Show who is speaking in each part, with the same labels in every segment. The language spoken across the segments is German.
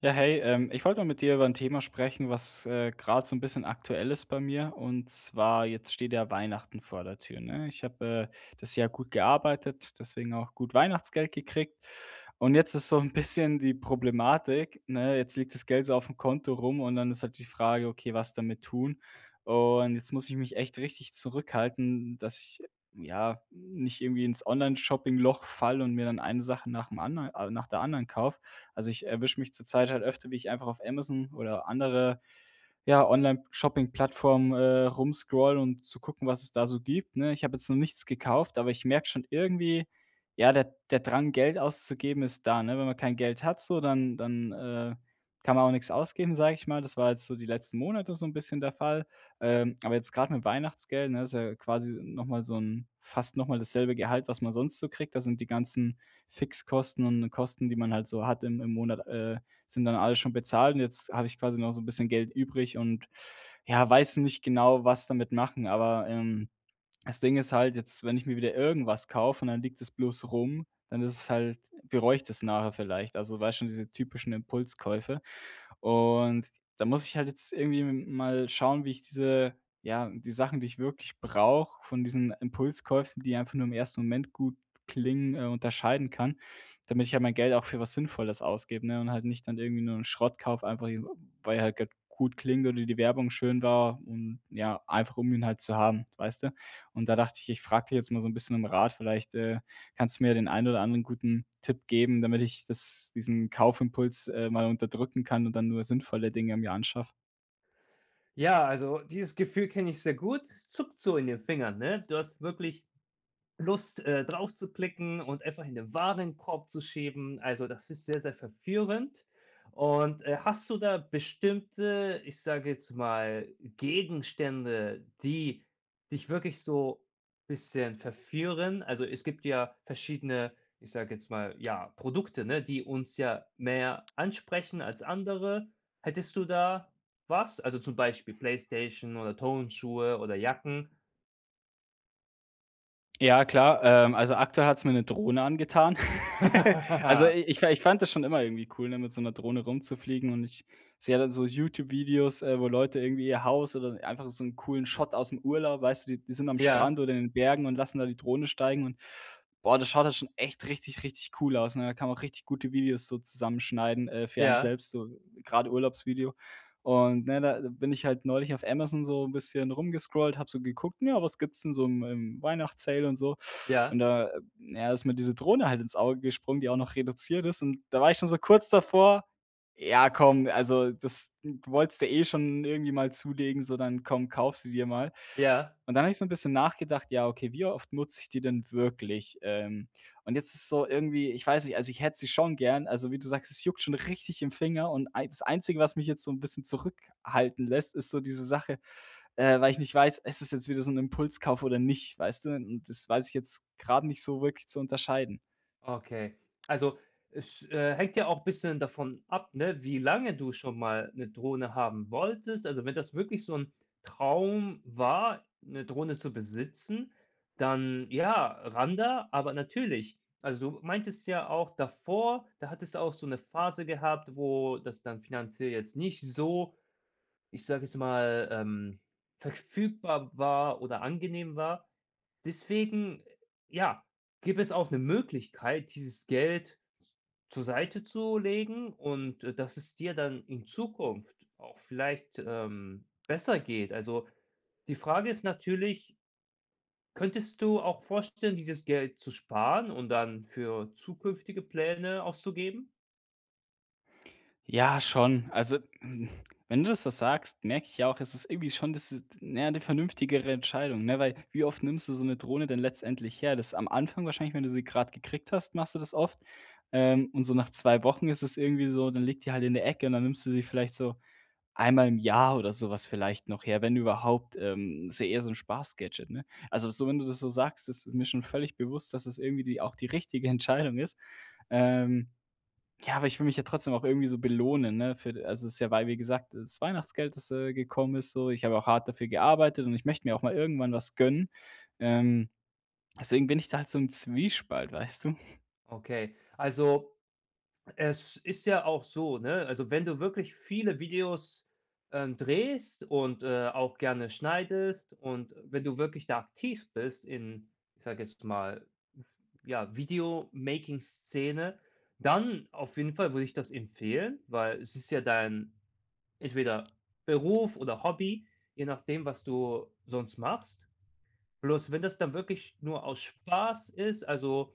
Speaker 1: Ja, hey, ich wollte mal mit dir über ein Thema sprechen, was, grad so ein bisschen aktuell ist bei mir. Und zwar, jetzt steht ja Weihnachten vor der Tür, ne? Ich habe das Jahr gut gearbeitet, deswegen auch gut Weihnachtsgeld gekriegt. Und jetzt ist so ein bisschen die Problematik, ne, jetzt liegt das Geld so auf dem Konto rum und dann ist halt die Frage: „Okay, was damit tun?“ Und jetzt muss ich mich echt richtig zurückhalten, dass ich, ja, nicht irgendwie ins Online-Shopping-Loch falle und mir dann eine Sache nach der anderen kaufe. Also, ich erwische mich zurzeit halt öfter, wie ich einfach auf Amazon oder andere, ja, Online-Shopping-Plattformen, rumscrollen und zu gucken, was es da so gibt, ne? Ich habe jetzt noch nichts gekauft, aber ich merke schon irgendwie, ja, der Drang, Geld auszugeben, ist da, ne? Wenn man kein Geld hat so, dann kann man auch nichts ausgeben, sage ich mal. Das war jetzt so die letzten Monate so ein bisschen der Fall. Aber jetzt gerade mit Weihnachtsgeld, ne, ist ja quasi noch mal so ein fast noch mal dasselbe Gehalt, was man sonst so kriegt. Da sind die ganzen Fixkosten und Kosten, die man halt so hat im Monat sind dann alle schon bezahlt, und jetzt habe ich quasi noch so ein bisschen Geld übrig und, ja, weiß nicht genau, was damit machen, aber das Ding ist halt jetzt, wenn ich mir wieder irgendwas kaufe und dann liegt es bloß rum, dann ist es halt bereue ich das nachher vielleicht. Also, weißt schon, diese typischen Impulskäufe. Und da muss ich halt jetzt irgendwie mal schauen, wie ich die Sachen, die ich wirklich brauche, von diesen Impulskäufen, die einfach nur im ersten Moment gut klingen, unterscheiden kann, damit ich ja mein Geld auch für was Sinnvolles ausgebe, ne, und halt nicht dann irgendwie nur 'n Schrott kaufe, einfach j weil er halt grad gut klingt oder die Werbung schön war und, ja, einfach um ihn halt zu haben, weißt du? Und da dachte ich, ich frage dich jetzt mal so ein bisschen um Rat. Vielleicht kannst du mir den einen oder anderen guten Tipp geben, damit ich das diesen Kaufimpuls mal unterdrücken kann und dann nur sinnvolle Dinge mir anschaffe.
Speaker 2: Ja, also dieses Gefühl kenne ich sehr gut. Es zuckt so in den Fingern, ne? Du hast wirklich Lust, drauf zu klicken und einfach in den Warenkorb zu schieben. Also, das ist sehr, sehr verführend. Und, hast du da bestimmte, ich sage jetzt mal, Gegenstände, die dich wirklich so ein bisschen verführen? Also, es gibt ja verschiedene, ich sage jetzt mal, ja, Produkte, ne, die uns ja mehr ansprechen als andere. Hättest du da was? Also, zum Beispiel PlayStation oder Turnschuhe oder Jacken?
Speaker 1: Ja, klar. Also, aktuell hat's mir eine Drohne angetan. Also, i ich fa ich fand das schon immer irgendwie cool, ne, mit so 'ner Drohne rumzufliegen, und ich sehe dann so YouTube-Videos, wo Leute irgendwie ihr Haus oder einfach so einen coolen Shot aus dem Urlaub, weißt du, die sind am Strand
Speaker 2: Ja,
Speaker 1: oder in den Bergen und lassen da die Drohne steigen, und boah, das schaut halt schon echt richtig, richtig cool aus, ne? Da kann man auch richtig gute Videos so zusammenschneiden, für einen
Speaker 2: ja.
Speaker 1: selbst, so gerade Urlaubsvideo. Und, ne, da bin ich halt neulich auf Amazon so ein bisschen rumgescrollt, habe so geguckt, ja, was gibt's denn so im Weihnachts-Sale und so. Und
Speaker 2: Ja,
Speaker 1: da, ja, ist mir diese Drohne halt ins Auge gesprungen, die auch noch reduziert ist. Und da war ich schon so kurz davor, ja, komm, also das, du wolltest ja eh schon irgendwie mal zulegen, so dann komm, kauf sie dir mal.
Speaker 2: ja,
Speaker 1: Und dann habe ich so 'n bisschen nachgedacht, ja, okay, wie oft nutze ich die denn wirklich? Und jetzt ist so irgendwie, ich weiß nicht, also ich hätte sie schon gern. Also, wie du sagst, es juckt schon richtig im Finger, und ei das Einzige, was mich jetzt so 'n bisschen zurückhalten lässt, ist so diese Sache, weil ich nicht weiß, ist es jetzt wieder so 'n Impulskauf oder nicht, weißt du? Und das weiß ich jetzt grad nicht so wirklich zu unterscheiden.
Speaker 2: okay. Also, es, hängt ja auch bisschen davon ab, ne, wie lange du schon mal 'ne Drohne haben wolltest. Also, wenn das wirklich so 'n Traum war, 'ne Drohne zu besitzen, dann ja, ran da, aber natürlich. Also, du meintest ja auch davor, da hattest du auch so 'ne Phase gehabt, wo das dann finanziell jetzt nicht so, ich sage jetzt mal, verfügbar war oder angenehm war. Deswegen, ja, gibt es auch eine Möglichkeit, dieses Geld zur Seite zu legen und, dass es dir dann in Zukunft auch vielleicht, besser geht. Also, die Frage ist natürlich, könntest du auch vorstellen, dieses Geld zu sparen und dann für zukünftige Pläne auszugeben?
Speaker 1: Ja, schon. Also, wenn du das so sagst, merke ich ja auch, es ist irgendwie schon das ist, na ja, die vernünftigere Entscheidung, ne? Weil wie oft nimmst du so eine Drohne denn letztendlich her? Das ist am Anfang wahrscheinlich, wenn du sie gerade gekriegt hast, machst du das oft, und so nach 2 Wochen ist es irgendwie so, dann liegt die halt in der Ecke, und dann nimmst du sie vielleicht so einmal im Jahr oder sowas vielleicht noch her, wenn überhaupt. Ist ja eher so ein Spaß-Gadget, ne? Also, so wenn du das so sagst, das ist mir schon völlig bewusst, dass es das irgendwie die auch die richtige Entscheidung ist. Ähm ja, aber ich will mich ja trotzdem auch irgendwie so belohnen, ne? Für Also, es ist ja, weil, wie gesagt, das Weihnachtsgeld, das gekommen ist so. Ich habe auch hart dafür gearbeitet, und ich möchte mir auch mal irgendwann was gönnen. Ähm, deswegen bin ich da halt so im Zwiespalt, weißt du?
Speaker 2: Okay, also es ist ja auch so, ne? Also, wenn du wirklich viele Videos, drehst und, auch gerne schneidest und wenn du wirklich da aktiv bist in, ich sage jetzt mal, ja, Video-Making-Szene, dann auf jeden Fall würde ich das empfehlen, weil es ist ja dein entweder Beruf oder Hobby, je nachdem, was du sonst machst. Bloß wenn das dann wirklich nur aus Spaß ist, also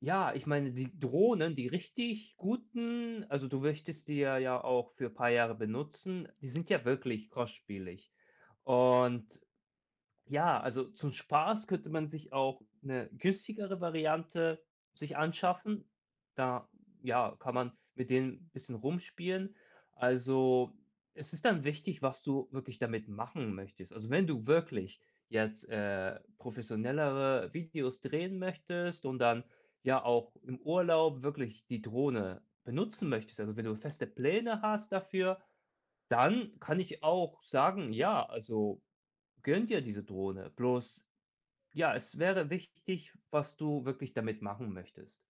Speaker 2: ja, ich meine, die Drohnen, die richtig guten, also, du möchtest die ja ja auch für paar Jahre benutzen, die sind ja wirklich kostspielig. Und ja, also zum Spaß könnte man sich auch eine günstigere Variante sich anschaffen. Da, ja, kann man mit denen ein bisschen rumspielen. Also, es ist dann wichtig, was du wirklich damit machen möchtest. Also, wenn du wirklich jetzt, professionellere Videos drehen möchtest und dann ja auch im Urlaub wirklich die Drohne benutzen möchtest, also wenn du feste Pläne hast dafür, dann kann ich auch sagen, ja, also gönn dir diese Drohne, bloß ja, es wäre wichtig, was du wirklich damit machen möchtest.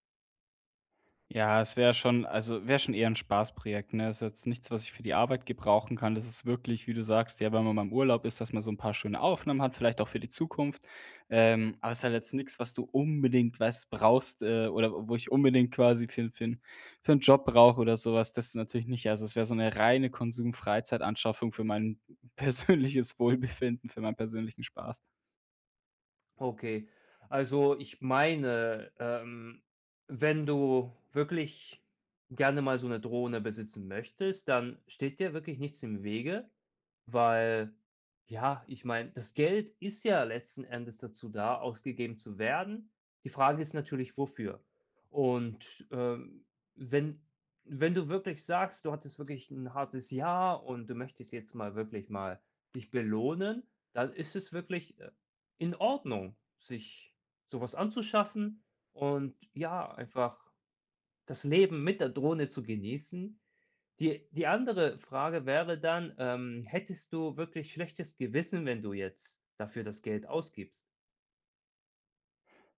Speaker 1: Ja, es wäre schon, also, wäre schon eher ein Spaßprojekt, ne? Ist jetzt nichts, was ich für die Arbeit gebrauchen kann. Das ist wirklich, wie du sagst, ja, wenn man mal im Urlaub ist, dass man so ein paar schöne Aufnahmen hat, vielleicht auch für die Zukunft. Aber es ist halt jetzt nichts, was du unbedingt, weißt, brauchst, oder wo ich unbedingt quasi für 'n Job brauche oder sowas. Das ist natürlich nicht. Also, es wäre so eine reine Konsum-Freizeitanschaffung für mein persönliches Wohlbefinden, für meinen persönlichen Spaß.
Speaker 2: Okay. Also, ich meine, wenn du wirklich gerne mal so eine Drohne besitzen möchtest, dann steht dir wirklich nichts im Wege, weil, ja, ich meine, das Geld ist ja letzten Endes dazu da, ausgegeben zu werden. Die Frage ist natürlich: „Wofür?“ Und, wenn wenn du wirklich sagst, du hattest wirklich ein hartes Jahr und du möchtest jetzt mal wirklich mal dich belohnen, dann ist es wirklich, in Ordnung, sich sowas anzuschaffen und ja, einfach das Leben mit der Drohne zu genießen. Die andere Frage wäre dann, hättest du wirklich schlechtes Gewissen, wenn du jetzt dafür das Geld ausgibst?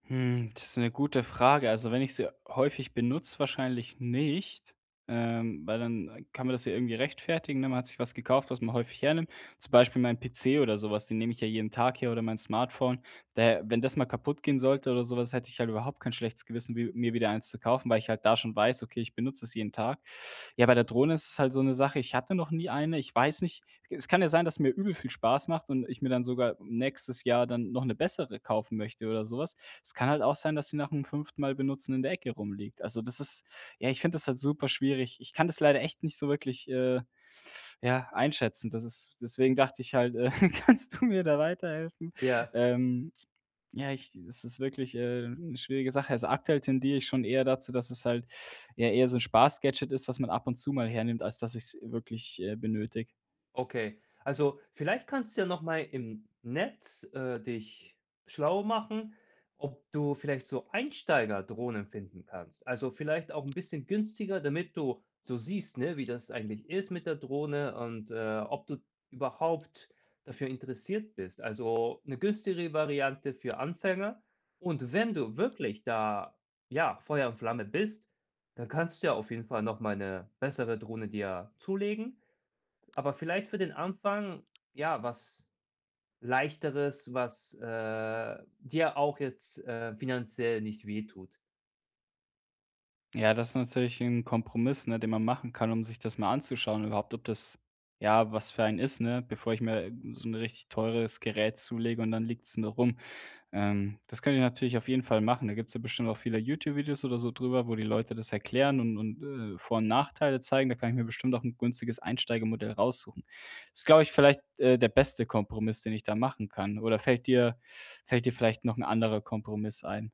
Speaker 1: Hm, das ist eine gute Frage. Also, wenn ich sie häufig benutze, wahrscheinlich nicht, weil dann kann man das ja irgendwie rechtfertigen, ne? Man hat sich was gekauft, was man häufig hernimmt. Zum Beispiel mein PC oder sowas, den nehme ich ja jeden Tag her, oder mein Smartphone. Daher, wenn das mal kaputt gehen sollte oder sowas, hätte ich halt überhaupt kein schlechtes Gewissen, wi mir wieder eins zu kaufen, weil ich halt da schon weiß: „Okay, ich benutze es jeden Tag.“ Ja, bei der Drohne ist es halt so eine Sache, ich hatte noch nie eine. Ich weiß nicht, es kann ja sein, dass mir übel viel Spaß macht und ich mir dann sogar nächstes Jahr dann noch eine bessere kaufen möchte oder sowas. Es kann halt auch sein, dass sie nach dem fünften Mal benutzen in der Ecke rumliegt. Also, das ist, ja, ich finde das halt super schwierig. Ich kann das leider echt nicht so wirklich, ja, einschätzen. Das ist, deswegen dachte ich halt, kannst du mir da weiterhelfen?
Speaker 2: Ja,
Speaker 1: Ähm, ja, ich es ist wirklich, 'ne schwierige Sache. Also, aktuell tendiere ich schon eher dazu, dass es halt ja eher so ein Spaß-Gadget ist, was man ab und zu mal hernimmt, als dass ich es wirklich benötige.
Speaker 2: okay, also vielleicht kannst du ja noch mal im Netz, dich schlau machen, ob du vielleicht so Einsteigerdrohnen finden kannst. Also vielleicht auch ein bisschen günstiger, damit du so siehst, ne, wie das eigentlich ist mit der Drohne und, ob du überhaupt dafür interessiert bist. Also eine günstigere Variante für Anfänger und wenn du wirklich da, ja, Feuer und Flamme bist, dann kannst du ja auf jeden Fall noch mal eine bessere Drohne dir zulegen, aber vielleicht für den Anfang, ja, was Leichteres, was, dir auch jetzt, finanziell nicht wehtut.
Speaker 1: Ja, das ist natürlich ein Kompromiss, ne, den man machen kann, um sich das mal anzuschauen überhaupt, ob das, ja, was für einen ist, ne, bevor ich mir so ein richtig teures Gerät zulege und dann liegt's nur rum. Das könnt ihr natürlich auf jeden Fall machen. Da gibt's ja bestimmt auch viele YouTube-Videos oder so drüber, wo die Leute das erklären und Vor- und Nachteile zeigen. Da kann ich mir bestimmt auch ein günstiges Einsteigermodell raussuchen. Das ist, glaube ich, vielleicht, der beste Kompromiss, den ich da machen kann. Oder fällt dir vielleicht noch ein anderer Kompromiss ein?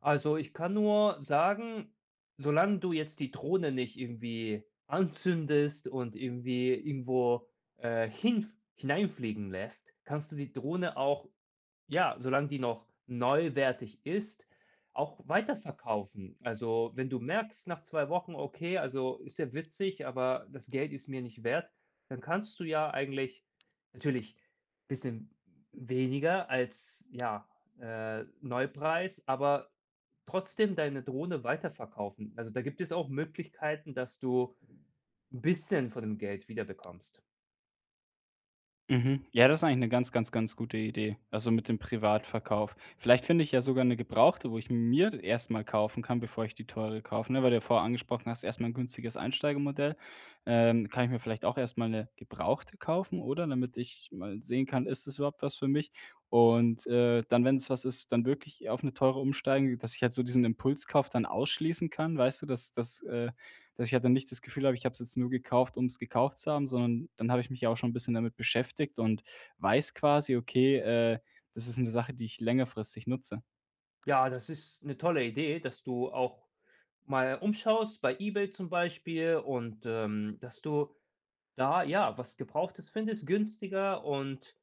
Speaker 2: Also, ich kann nur sagen, solange du jetzt die Drohne nicht irgendwie anzündest und irgendwie irgendwo, hineinfliegen lässt, kannst du die Drohne auch, ja, solange die noch neuwertig ist, auch weiterverkaufen. Also, wenn du merkst nach 2 Wochen, okay, also ist ja witzig, aber das Geld ist mir nicht wert, dann kannst du ja eigentlich natürlich ein bisschen weniger als, ja, Neupreis, aber trotzdem deine Drohne weiterverkaufen. Also, da gibt es auch Möglichkeiten, dass du 'n bisschen von dem Geld wiederbekommst.
Speaker 1: Mhm. Ja, das ist eigentlich eine ganz, ganz, ganz gute Idee, also mit dem Privatverkauf. Vielleicht finde ich ja sogar eine gebrauchte, wo ich mir erst mal kaufen kann, bevor ich die teure kaufe, ne? Weil du ja vorher angesprochen hast, erst mal 'n günstiges Einsteigermodell. Kann ich mir vielleicht auch erst mal 'ne gebrauchte kaufen, oder? Damit ich mal sehen kann, ist es überhaupt was für mich? Und dann, wenn es was ist, dann wirklich auf eine teure umsteigen, dass ich halt so diesen Impulskauf dann ausschließen kann, weißt du, dass ich halt dann nicht das Gefühl habe, ich habe es jetzt nur gekauft, um es gekauft zu haben, sondern dann habe ich mich ja auch schon ein bisschen damit beschäftigt und weiß quasi, okay, das ist eine Sache, die ich längerfristig nutze.
Speaker 2: Ja, das ist eine tolle Idee, dass du auch mal umschaust, bei eBay zum Beispiel und, dass du da, ja, was Gebrauchtes findest, günstiger und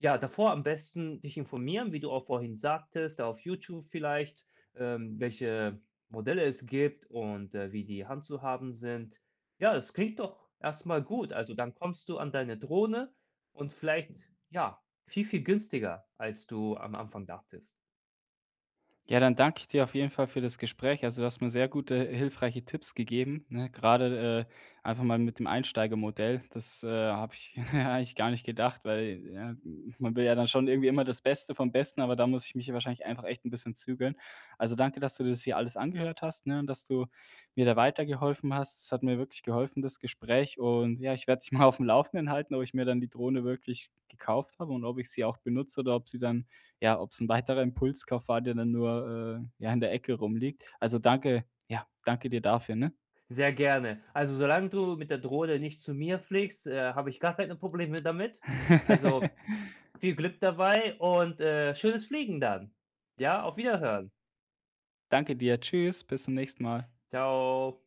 Speaker 2: ja, davor am besten dich informieren, wie du auch vorhin sagtest, da auf YouTube vielleicht, welche Modelle es gibt und, wie die handzuhaben sind. Ja, das klingt doch erstmal gut. Also, dann kommst du an deine Drohne und vielleicht, ja, viel, viel günstiger, als du am Anfang dachtest.
Speaker 1: Ja, dann danke ich dir auf jeden Fall für das Gespräch. Also, du hast mir sehr gute, hilfreiche Tipps gegeben, ne? Gerade einfach mal mit dem Einsteigermodell. Das habe ich eigentlich gar nicht gedacht, weil, ja, man will ja dann schon irgendwie immer das Beste vom Besten, aber da muss ich mich ja wahrscheinlich einfach echt ein bisschen zügeln. Also, danke, dass du das hier alles angehört hast, ne, und dass du mir da weitergeholfen hast. Es hat mir wirklich geholfen, das Gespräch, und, ja, ich werde dich mal auf dem Laufenden halten, ob ich mir dann die Drohne wirklich gekauft habe und ob ich sie auch benutze oder ob sie dann, ja, ob es ein weiterer Impulskauf war, der dann nur, ja, in der Ecke rumliegt. Also, danke, ja, danke dir dafür, ne?
Speaker 2: Sehr gerne. Also, solange du mit der Drohne nicht zu mir fliegst, habe ich gar keine Probleme damit. Also, viel Glück dabei und, schönes Fliegen dann. Ja, auf Wiederhören.
Speaker 1: Danke dir. Tschüss, bis zum nächsten Mal.
Speaker 2: Ciao.